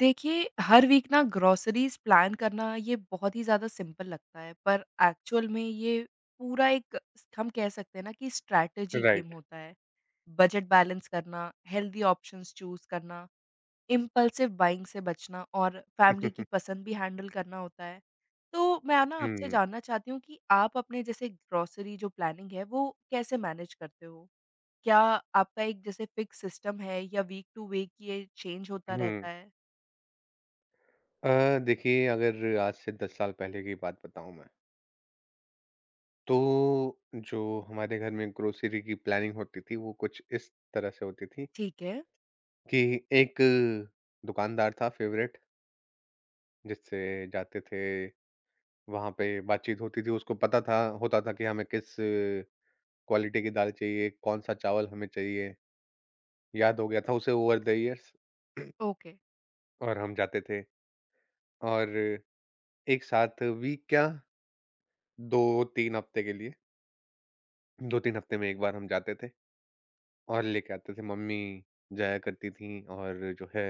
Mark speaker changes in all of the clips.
Speaker 1: देखिए, हर वीक ना ग्रोसरीज़ प्लान करना ये बहुत ही ज़्यादा सिंपल लगता है, पर एक्चुअल में ये पूरा एक हम कह सकते हैं ना कि स्ट्रैटेजी गेम
Speaker 2: राइट।
Speaker 1: होता है। बजट बैलेंस करना, हेल्दी ऑप्शंस चूज़ करना, इम्पल्सिव बाइंग से बचना और फैमिली की पसंद भी हैंडल करना होता है। तो मैं ना आपसे
Speaker 2: हुँ,
Speaker 1: जानना चाहती हूँ कि आप अपने जैसे ग्रोसरी जो प्लानिंग है, वो कैसे मैनेज करते हो? क्या आपका एक जैसे फ़िक्स सिस्टम है या वीक टू वीक ये चेंज होता
Speaker 2: हुँ।
Speaker 1: रहता है?
Speaker 2: देखिए अगर आज से 10 साल पहले की बात बताऊँ मैं, तो जो हमारे घर में ग्रोसरी की प्लानिंग होती थी वो कुछ इस तरह से होती थी
Speaker 1: ठीक है।
Speaker 2: कि एक दुकानदार था फ़ेवरेट जिससे जाते थे, वहाँ पे बातचीत होती थी, उसको पता था होता था कि हमें किस क्वालिटी की दाल चाहिए, कौन-सा चावल हमें चाहिए, याद हो गया था उसे ओवर द ईयर्स।
Speaker 1: ओके,
Speaker 2: और हम जाते थे और एक साथ वीक क्या 2-3 हफ्ते के लिए, 2-3 हफ्ते में 1 बार हम जाते थे और लेके आते थे। मम्मी जाया करती थीं और जो है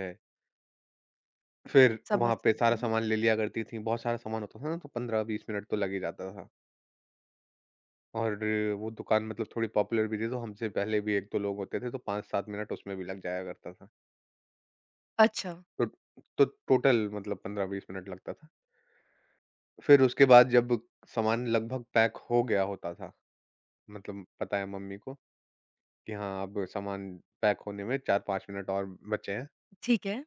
Speaker 2: फिर वहाँ
Speaker 1: समझ
Speaker 2: पे
Speaker 1: सकती
Speaker 2: सारा
Speaker 1: हूँ।
Speaker 2: सामान ले लिया करती थीं। बहुत सारा सामान होता था ना तो 15-20 मिनट तो लग ही जाता था और वो दुकान मतलब थोड़ी पॉपुलर भी थी तो हमसे पहले भी 1-2 लोग होते थे तो 5-7 मिनट उसमें भी लग जाया करता था।
Speaker 1: अच्छा,
Speaker 2: तो तो टोटल मतलब 15-20 मिनट लगता था। फिर उसके बाद जब सामान लगभग पैक हो गया होता था, मतलब पता है मम्मी को कि हाँ, अब सामान पैक होने में 4-5 मिनट और बचे हैं।
Speaker 1: ठीक है,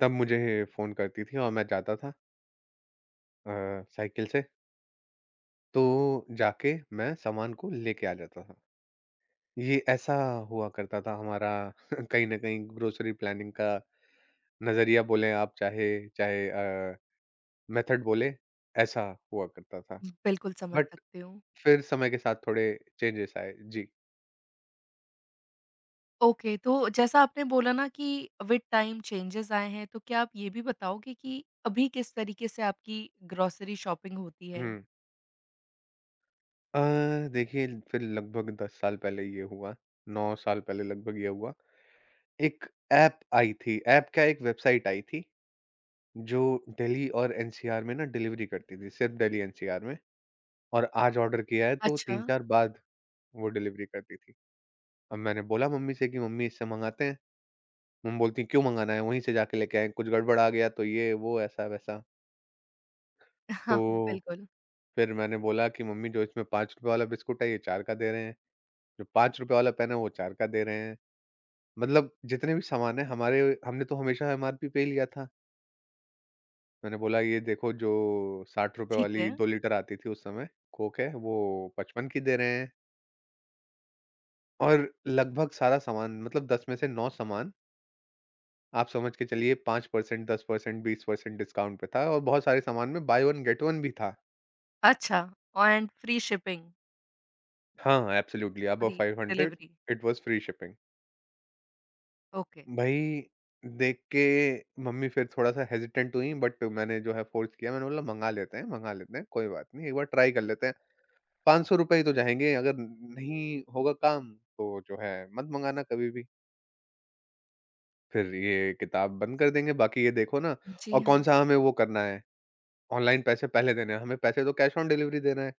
Speaker 2: तब मुझे फ़ोन करती थी और मैं जाता था साइकिल से, तो जाके मैं सामान को लेके आ जाता था। ये ऐसा हुआ करता था हमारा। कहीं न कहीं ग्रोसरी प्लानिंग का नज़रिया बोलें आप चाहे चाहे अ, मेथड बोलें, ऐसा हुआ करता था।
Speaker 1: बिल्कुल समझ
Speaker 2: बट
Speaker 1: सकती हूँ।
Speaker 2: फिर समय के साथ थोड़े चेंजेस आए। जी।
Speaker 1: ओके, तो जैसा आपने बोला ना कि विद टाइम चेंजेज़ आए हैं, तो क्या आप ये भी बताओगे कि अभी किस तरीके से आपकी ग्रोसरी शॉपिंग होती है?
Speaker 2: हुँ। अ, देखिए फिर लगभग 10 साल पहले ये हुआ, 9 साल पहले लगभग ये हुआ। एक ऐप आई थी, ऐप क्या एक वेबसाइट आई थी। जो दिल्ली और एनसीआर में ना डिलीवरी करती थी, सिर्फ़ दिल्ली एनसीआर में और आज ऑर्डर किया है तो
Speaker 1: अच्छा।
Speaker 2: 3-4 बाद वो डिलीवरी करती थी। अब मैंने बोला मम्मी से कि मम्मी इससे मँगाते हैं। मम्मी बोलती हैं क्यों मँगाना है? वहीं से जाके लेके आएँ, कुछ गड़बड़ आ गया तो ये, वो, ऐसा-वैसा।
Speaker 1: हाँ,
Speaker 2: तो
Speaker 1: बिल्कुल,
Speaker 2: फिर मैंने बोला कि मम्मी जो इसमें ₹5 वाला बिस्कुट है ये 4 का दे रहे हैं, जो ₹5 वाला पेन है वो 4 का दे रहे हैं। मतलब जितने भी सामान हैं हमारे हमने तो हमेशा एमआरपी पे ही लिया था। मैंने बोला ये देखो जो ₹60
Speaker 1: ठीक
Speaker 2: वाली
Speaker 1: है।
Speaker 2: 2 लीटर आती थी उस समय, कोक है वो 55 की दे रहे हैं। और लगभग सारा सामान मतलब 10 में से 9 सामान आप समझ के चलिए 5% 10% 20% डिस्काउंट पे था और बहुत सारे सामान में बाय 1 गेट 1 भी था।
Speaker 1: अच्छा एंड फ्री शिपिंग,
Speaker 2: हाँ, absolutely above
Speaker 1: free
Speaker 2: 500
Speaker 1: delivery,
Speaker 2: it was free shipping.
Speaker 1: Okay.
Speaker 2: भई देख के मम्मी फिर थोड़ा-सा हेजिटेंट हुईं बट मैंने जो है फ़ोर्स किया मैंने बोला, मँगा लेते हैं, कोई बात नहीं, एक बार ट्राई कर लेते हैं।" ₹500 ही तो जाएँगे, अगर नहीं होगा काम तो जो है मत मँगाना कभी भी। फिर ये किताब बंद कर देंगे, बाकी ये देखो ना
Speaker 1: जी
Speaker 2: और
Speaker 1: हाँ,
Speaker 2: कौन-सा हमें वो करना है, ऑनलाइन पैसे पहले देने हैं, हमें पैसे तो कैश ऑन डिलीवरी देना है।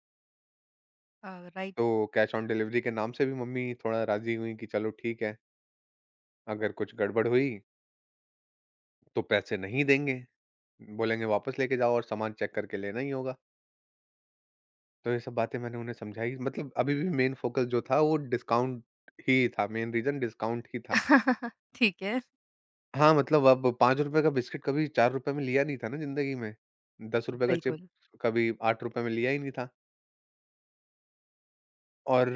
Speaker 1: राइट
Speaker 2: तो कैश ऑन डिलीवरी के नाम से भी मम्मी थोड़ा राज़ी हुईं कि चलो ठीक है, अगर कुछ गड़बड़ हुई तो पैसे नहीं देंगे, बोलेंगे वापस लेके जाओ और सामान चेक करके लेना ही होगा। तो ये सब बातें मैंने उन्हें समझाई, मतलब अभी भी मेन फ़ोकस जो था वो डिस्काउंट ही था, मेन रीज़न डिस्काउंट ही था।
Speaker 1: ठीक है,
Speaker 2: हाँ, मतलब अब ₹5 का बिस्किट कभी ₹4 में लिया नहीं था ना ज़िंदगी में। ₹10 का
Speaker 1: बिल्कुल।
Speaker 2: चिप्स कभी ₹8 में लिया ही नहीं था। और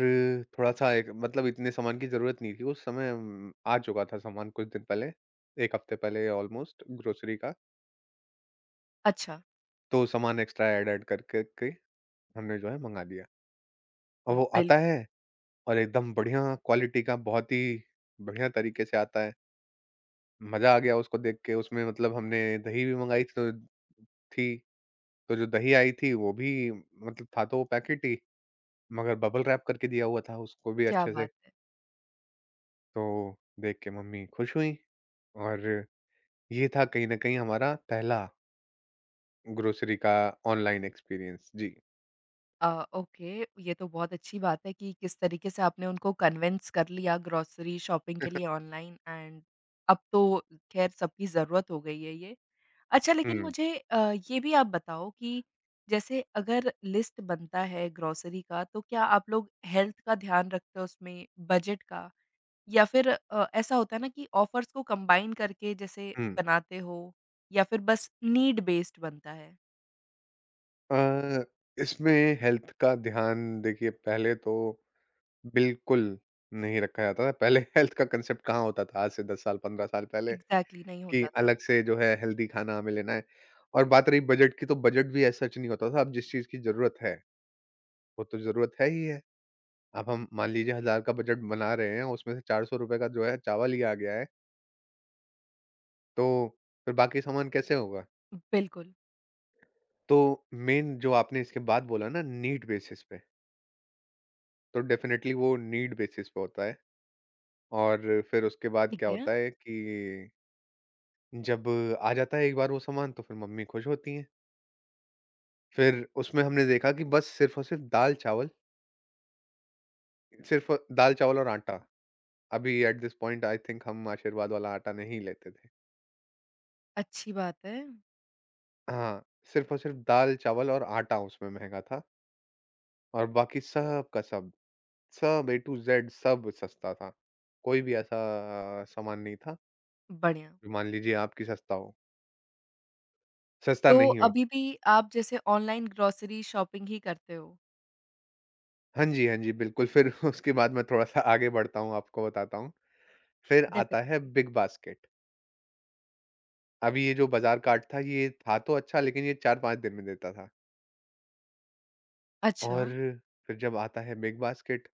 Speaker 2: थोड़ा-सा एक मतलब इतने सामान की ज़रूरत नहीं थी उस समय आ चुका था सामान कुछ दिन पहले, 1 हफ़्ते पहले ऑलमोस्ट ग्रोसरी का।
Speaker 1: अच्छा,
Speaker 2: तो सामान एक्स्ट्रा ऐड-ऐड कर कर के हमने जो है मँगा लिया। और वो आता
Speaker 1: बिल्कुल,
Speaker 2: है और एकदम बढ़िया क्वालिटी का बहुत ही बढ़िया तरीके से आता है। मज़ा आ गया उसको देख के उसमें मतलब हमने दही भी मँगाई थी। तो जो दही आई थी वो भी मतलब था तो वो पैकेट ही, मगर बबल रैप करके दिया हुआ था उसको भी
Speaker 1: क्या
Speaker 2: अच्छे से।
Speaker 1: बात है।
Speaker 2: तो देख के मम्मी खुश हुई और ये था कहीं न कहीं हमारा पहला ग्रोसरी का ऑनलाइन एक्सपीरियंस। जी।
Speaker 1: ओके, ये तो बहुत अच्छी बात है कि किस तरीके से आपने उनको कन्विंस कर लिया ग्रोसरी शॉपिंग के लिए ऑनलाइन एंड अब तो ख़ैर सबकी ज़रूरत हो गई है ये। अच्छा लेकिन
Speaker 2: हुँ,
Speaker 1: मुझे ये भी आप बताओ कि जैसे अगर लिस्ट बनता है ग्रोसरी का तो क्या आप लोग हेल्थ का ध्यान रखते हो उसमें, बजट का? या फिर ऐसा होता है ना कि ऑफ़र्स को कंबाइन करके जैसे
Speaker 2: हुँ।
Speaker 1: बनाते हो या फिर बस नीड बेस्ड बनता है?
Speaker 2: अ, इसमें हेल्थ का ध्यान देखिए पहले तो बिल्कुल नहीं रखा जाता था। पहले हेल्थ का कांसेप्ट कहाँ होता था आज से 10 साल 15 साल पहले।
Speaker 1: एग्ज़ैक्टली नहीं
Speaker 2: कि
Speaker 1: होता था।
Speaker 2: अलग से जो है हेल्दी खाना हमें लेना है। और बात रही बजट की तो बजट भी ऐसा सच नहीं होता था, अब जिस चीज़ की ज़रूरत है, वो तो ज़रूरत है ही है। अब हम मान लीजिए 1000 का बजट बना रहे हैं, उसमें से ₹400 का जो है चावल ही आ गया है, तो फिर बाकी सामान कैसे होगा?
Speaker 1: बिल्कुल,
Speaker 2: तो मेन जो आपने इसके बाद बोला ना नीड बेसिस पे, तो डेफ़िनेटली वो नीड बेसिस पे होता है। और फिर उसके बाद क्या
Speaker 1: ठीक है।
Speaker 2: होता है कि जब आ जाता है एक बार वो सामान तो फिर मम्मी खुश होती हैं। फिर उसमें हमने देखा कि बस सिर्फ़ और सिर्फ़ दाल-चावल सिर्फ़ दाल, चावल और आटा। अभी at this point I think हम आशीर्वाद वाला आटा नहीं लेते थे।
Speaker 1: अच्छी बात है,
Speaker 2: हाँ, सिर्फ़ और सिर्फ़ दाल, चावल और आटा उसमें महँगा था और बाकी सब का सब, सब ए टू ज़ेड सब सस्ता था। कोई भी ऐसा सामान नहीं था,
Speaker 1: बढ़िया।
Speaker 2: जो मान लीजिए आपकी सस्ता हो, सस्ता
Speaker 1: तो
Speaker 2: नहीं हो।
Speaker 1: अभी भी आप जैसे ऑनलाइन ग्रोसरी शॉपिंग ही करते हो?
Speaker 2: हाँ जी, हाँ जी, बिल्कुल फिर उसके बाद मैं थोड़ा-सा आगे बढ़ता हूँ, आपको बताता हूँ। फिर आता है
Speaker 1: डेफिनिटली।
Speaker 2: Big basket. अभी ये जो बाज़ार कार्ट था ये था तो अच्छा लेकिन ये 4-5 दिन में देता था
Speaker 1: अच्छा,
Speaker 2: और फिर जब आता है बिग बास्केट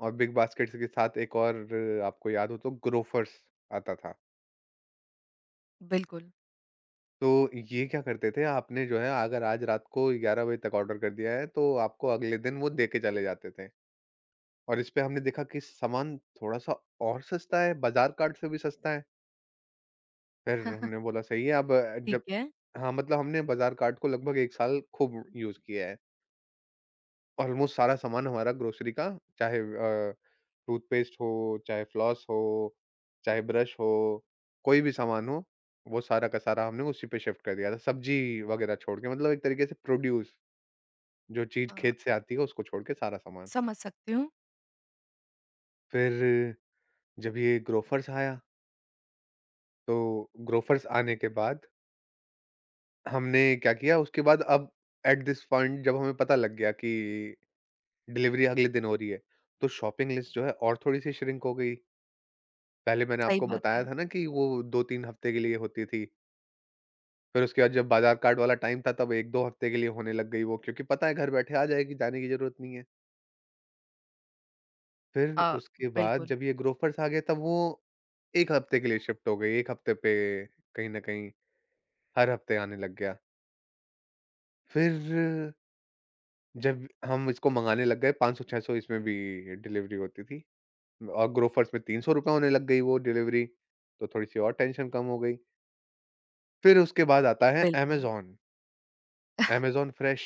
Speaker 2: और बिग बास्केट्स के साथ एक और आपको याद हो तो ग्रोफर्स आता था।
Speaker 1: बिल्कुल,
Speaker 2: तो ये क्या करते थे आपने जो है अगर आज रात को 11 बजे तक ऑर्डर कर दिया है तो आपको अगले दिन वो देके चले जाते थे। और इस पे हमने देखा कि सामान थोड़ा-सा और सस्ता है, बाज़ार कार्ट से भी सस्ता है। फिर हमने बोला सही है अब जब
Speaker 1: ठीक है।
Speaker 2: हाँ, मतलब हमने बाज़ार कार्ट को लगभग 1 साल खूब यूज़ किया है। ऑलमोस्ट सारा सामान हमारा ग्रोसरी का चाहे टूथपेस्ट हो, चाहे फ्लॉस हो, चाहे ब्रश हो, कोई भी सामान हो, वो सारा का सारा हमने उसी पे शिफ्ट कर दिया था। सब्जी वगैरह छोड़ के मतलब एक तरीके से प्रोड्यूस जो चीज़
Speaker 1: अ,
Speaker 2: खेत से आती है उसको छोड़ के सारा सामान।
Speaker 1: समझ सकती हूँ,
Speaker 2: फिर जब ये ग्रोफ़र्स आया, तो ग्रोफ़र्स आने के बाद हमने क्या किया उसके बाद अब एट दिस पॉइंट जब हमें पता लग गया कि डिलिवरी अगले दिन हो रही है, तो शॉपिंग लिस्ट जो है और थोड़ी-सी श्रिंक हो गई। पहले मैंने
Speaker 1: सही
Speaker 2: आपको
Speaker 1: बात
Speaker 2: बताया
Speaker 1: है।
Speaker 2: था ना कि वो 2-3 हफ्ते के लिए होती थी। फिर उसके बाद जब बाज़ार कार्ड वाला टाइम था तब 1-2 हफ्ते के लिए होने लग गई वो क्योंकि पता है घर बैठे आ जाएगी, जाने की ज़रूरत नहीं है। फिर
Speaker 1: अ,
Speaker 2: उसके बाद
Speaker 1: बिल्कुल,
Speaker 2: जब ये ग्रोफ़र्स आ गए तब वो 1 हफ्ते के लिए शिफ्ट हो गई, 1 हफ्ते पे कहीं न कहीं हर हफ्ते आने लग गया। फिर जब हम इसको मंगाने लग गए 500-600 इसमें भी डिलीवरी होती थी और ग्रोफ़र्स में ₹300 होने लग गई वो डिलीवरी, तो थोड़ी-सी और टेंशन कम हो गई। फिर उसके बाद आता है
Speaker 1: बिल्कुल।
Speaker 2: Amazon, Amazon Fresh.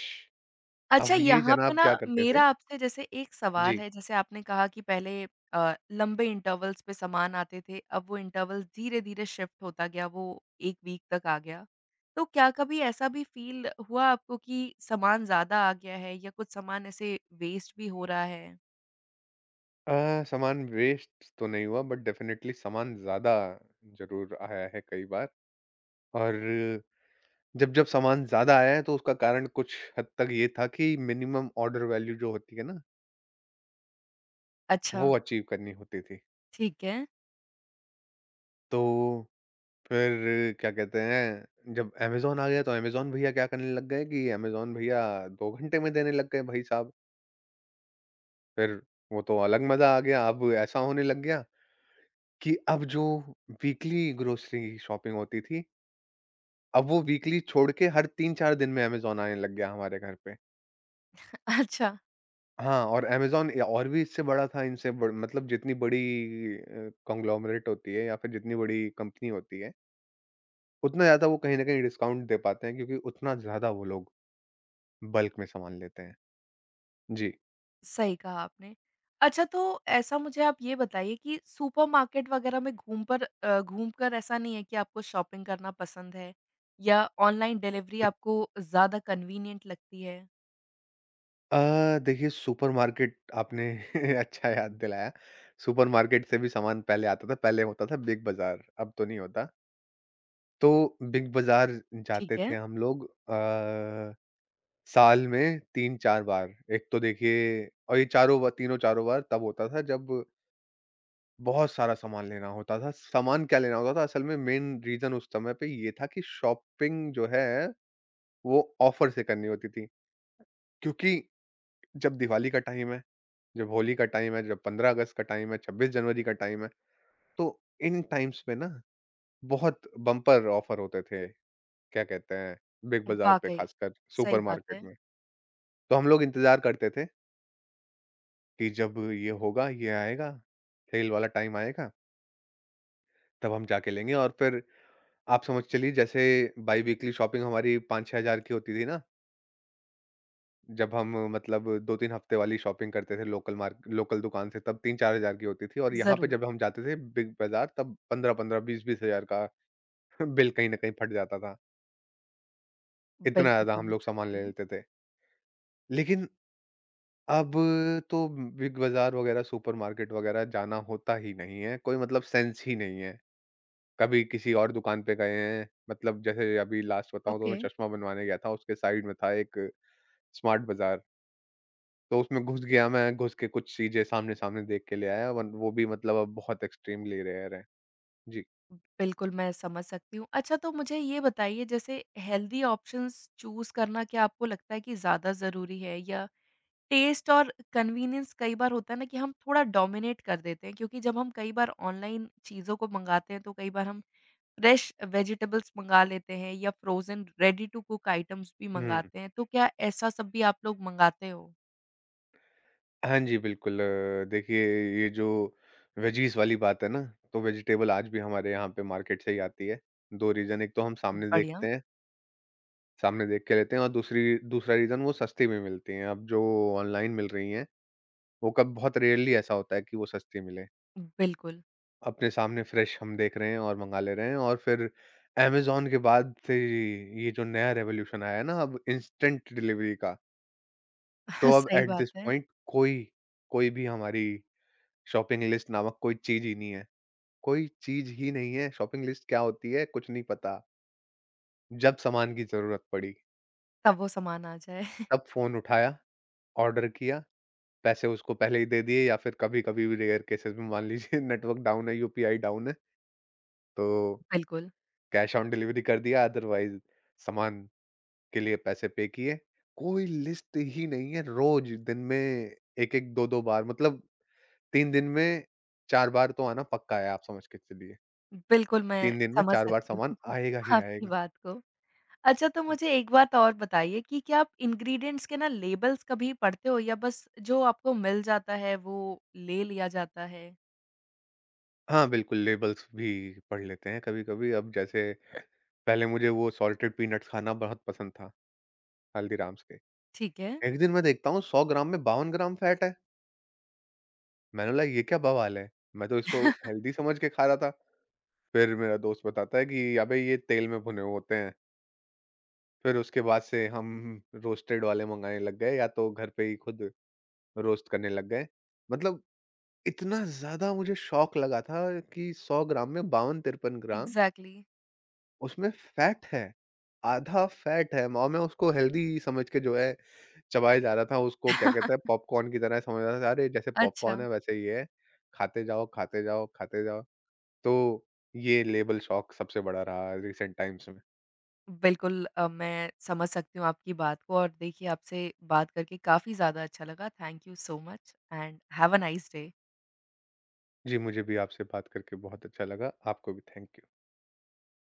Speaker 1: अच्छा
Speaker 2: अब ये
Speaker 1: यहाँ पे
Speaker 2: जनाब
Speaker 1: ना
Speaker 2: क्या करते
Speaker 1: मेरा
Speaker 2: थे
Speaker 1: आपसे जैसे एक सवाल
Speaker 2: जी।
Speaker 1: है, जैसे आपने कहा कि पहले लंबे इंटरवल्स पे सामान आते थे, अब वो इंटरवल धीरे-धीरे शिफ्ट होता गया, वो 1 वीक तक आ गया। तो क्या कभी ऐसा भी फ़ील हुआ आपको कि सामान ज़्यादा आ गया है या कुछ सामान ऐसे वेस्ट भी हो रहा है?
Speaker 2: अ, सामान वेस्ट तो नहीं हुआ बट डेफ़िनेटली सामान ज़्यादा ज़रूर आया है कई बार और जब-जब सामान ज़्यादा आया है तो उसका कारण कुछ हद तक ये था कि मिनिमम ऑर्डर वैल्यू जो होती है ना,
Speaker 1: अच्छा,
Speaker 2: वो अचीव करनी होती थी।
Speaker 1: ठीक है।
Speaker 2: तो फिर क्या कहते हैं, जब अमेज़न आ गया तो अमेज़न भईया क्या करने लग गए कि अमेज़न भईया 2 घंटे में देने लग गए भाई साहब। फिर वो तो अलग मज़ा आ गया, अब ऐसा होने लग गया कि अब जो वीकली ग्रोसरी शॉपिंग होती थी, अब वो वीकली छोड़ के हर 3-4 दिन में अमेज़न आने लग गया हमारे घर पे।
Speaker 1: अच्छा।
Speaker 2: हाँ, और अमेज़न या और भी इससे बड़ा था, इनसे ब मतलब जितनी बड़ी कॉन्ग्लोमरेट होती है या फिर जितनी बड़ी कंपनी होती है, उतना ज़्यादा वो कहीं न कहीं डिस्काउंट दे पाते हैं क्योंकि उतना ज़्यादा वो लोग बल्क में सामान लेते हैं। जी।
Speaker 1: सही कहा आपने। अच्छा तो ऐसा मुझे आप ये बताइए कि सुपरमार्केट वग़ैरह में घूमकर ऐसा नहीं है कि आपको शॉपिंग करना पसंद है या ऑनलाइन डिलिवरी आपको ज़्यादा कन्वीनिएंट लगती है?
Speaker 2: देखिए सुपरमार्केट आपने अच्छा याद दिलाया। सुपरमार्केट से भी सामान पहले आता था, पहले होता था बिग बाज़ार, अब तो नहीं होता। तो बिग बाज़ार
Speaker 1: ठीक
Speaker 2: जाते थे
Speaker 1: है,
Speaker 2: हम लोग अ, साल में 3-4 बार। एक तो देखिए और ये चारों ब तीनों-चारों बार तब होता था जब बहुत सारा सामान लेना होता था। सामान क्या लेना होता था असल में मेन रीज़न उस समय पे ये था कि शॉपिंग जो है वो ऑफ़र से करनी होती थी। क्योंकि जब दिवाली का टाइम है, जब होली का टाइम है, जब 15 अगस्त का टाइम है, 26 जनवरी का टाइम है, तो इन टाइम्स पे ना बहुत बम्पर ऑफ़र होते थे। क्या कहते हैं, बिग बाज़ार पे
Speaker 1: वाक़ई,
Speaker 2: खासकर
Speaker 1: सही बात
Speaker 2: सुपरमार्केट
Speaker 1: है।
Speaker 2: में। तो हम लोग इंतज़ार करते थे कि जब ये होगा, ये आएगा, सेल वाला टाइम आएगा, तब हम जाके लेंगे और फिर आप समझ चलिए जैसे बाई वीकली शॉपिंग हमारी 5-6 हज़ार की होती थी ना। जब हम 2-3 हफ्ते वाली शॉपिंग करते थे लोकल दुकान से तब 3-4 हज़ार की होती थी, और यहाँ पे
Speaker 1: ज़रूर,
Speaker 2: जब हम जाते थे बिग बाज़ार तब 15-15, 20-20 हज़ार का बिल कहीं न कहीं फट जाता था। इतना
Speaker 1: बिल्कुल
Speaker 2: ज़्यादा हम
Speaker 1: समझ
Speaker 2: लोग सामान
Speaker 1: सकती
Speaker 2: ले
Speaker 1: हूँ।
Speaker 2: लेते थे। लेकिन अब तो बिग बाज़ार वग़ैरह, सुपरमार्केट वग़ैरह जाना होता ही नहीं है, कोई मतलब सेंस ही नहीं है। कभी किसी और दुकान पे गए हैं, मतलब जैसे अभी लास्ट बताऊँ तो मैं
Speaker 1: ओके,
Speaker 2: चश्मा बनवाने गया था, उसके साइड में था एक स्मार्ट बाज़ार। तो उसमें घुस गया मैं, घुस के कुछ चीज़ें सामने-सामने देख के ले आया वन वो भी मतलब अब बहुत एक्सट्रीम ले रहे रहे हैं। जी।
Speaker 1: बिल्कुल मैं समझ सकती हूँ। अच्छा तो मुझे ये बताइए जैसे हेल्दी ऑप्शंस चूज़ करना क्या आपको लगता है कि ज़्यादा ज़रूरी है या टेस्ट और कन्वीनियंस कई बार होता है ना कि हम थोड़ा डोमिनेट कर देते हैं क्योंकि जब हम कई बार ऑनलाइन चीज़ों को मंगाते हैं तो कई बार हम फ्रेश वेजिटेबल्स मंगा लेते हैं या frozen ready to cook items भी
Speaker 2: हुँ।
Speaker 1: मंगाते हैं तो क्या ऐसा सब भी आप लोग मंगाते हो?
Speaker 2: हाँ जी, बिल्कुल। देखिए, ये जो वेजीज़ वाली बात है ना, तो वेजिटेबल आज भी हमारे यहाँ पे मार्केट से ही आती है। 2 रीज़न, एक तो हम सामने देखते
Speaker 1: बढ़िया,
Speaker 2: हैं, सामने देख के लेते हैं, और दूसरी दूसरा रीज़न वो सस्ती में मिलती हैं। अब जो ऑनलाइन मिल रही हैं, वो कब बहुत रेयरली ऐसा होता है कि वो सस्ती मिलें।
Speaker 1: बिल्कुल
Speaker 2: अपने सामने फ्रेश हम देख रहे हैं और मँगा ले रहे हैं, और फिर अमेज़न के बाद से ये जो नया रिवॉल्यूशन आया है ना अब इंस्टेंट डिलीवरी का, तो अब
Speaker 1: सही
Speaker 2: एट
Speaker 1: बात
Speaker 2: दिस
Speaker 1: है,
Speaker 2: पॉइंट कोई भी हमारी शॉपिंग लिस्ट नामक कोई चीज़ ही नहीं है। कोई चीज़ ही नहीं है, शॉपिंग लिस्ट क्या होती है कुछ नहीं पता। जब सामान की ज़रूरत पड़ी,
Speaker 1: तब वो सामान आ जाए
Speaker 2: तब फ़ोन उठाया, ऑर्डर किया, पैसे उसको पहले ही दे दिए, या फिर कभी-कभी भी रेयर केसेस में मान लीजिए नेटवर्क डाउन है, यूपीआई डाउन है, तो
Speaker 1: बिल्कुल,
Speaker 2: कैश ऑन डिलीवरी कर दिया, अदरवाइज़ सामान के लिए पैसे पे किए। कोई लिस्ट ही नहीं है, रोज़ दिन में 1-1 2-2 बार, मतलब 3 दिन में 4 बार तो आना पक्का है, आप समझ के चलिए।
Speaker 1: बिल्कुल मैं
Speaker 2: 3 दिन में
Speaker 1: समझ
Speaker 2: 4 बार
Speaker 1: सकती
Speaker 2: सामान
Speaker 1: हूँ
Speaker 2: आएगा ही
Speaker 1: आपकी
Speaker 2: आएगा।
Speaker 1: बात को। अच्छा तो मुझे एक बात और बताइए कि क्या आप इंग्रीडिएंट्स के ना लेबल्स कभी पढ़ते हो या बस जो आपको मिल जाता है वो ले लिया जाता है?
Speaker 2: हाँ, बिल्कुल लेबल्स भी पढ़ लेते हैं कभी-कभी। अब जैसे पहले मुझे वो सॉल्टेड पीनट्स खाना बहुत पसंद था, हल्दीराम्स के।
Speaker 1: ठीक है।
Speaker 2: एक दिन मैं देखता हूँ 100 ग्राम में 52 ग्राम फैट है। मैंने बोला ये क्या बवाल है? मैं तो इसको हेल्दी समझ के खा रहा था। फिर मेरा दोस्त बताता है कि अबे ये तेल में भुने हुए होते हैं। फिर उसके बाद से हम रोस्टेड वाले मँगाने लग गए, या तो घर पे ही खुद रोस्ट करने लग गए। मतलब इतना ज़्यादा मुझे शॉक लगा था कि 100 ग्राम में 52-53 ग्राम
Speaker 1: एग्ज़ैक्टली
Speaker 2: उसमें फैट है, आधा फैट है, और मैं उसको हेल्दी समझ के जो है चबाए जा रहा था, उसको क्या कहते हैं पॉपकॉर्न की तरह समझ रहा था, अरे जैसे पॉपकॉर्न
Speaker 1: अच्छा।
Speaker 2: है वैसे ही है, खाते जाओ, खाते जाओ, खाते जाओ। तो ये लेबल शॉक सबसे बड़ा रहा रिसेंट टाइम्स में।
Speaker 1: बिल्कुल मैं समझ सकती हूँ आपकी बात को और देखिए आपसे बात करके काफ़ी ज़्यादा अच्छा लगा। Thank you so much and have a nice day.
Speaker 2: जी, मुझे भी आपसे बात करके बहुत अच्छा लगा, आपको भी थैंक यू।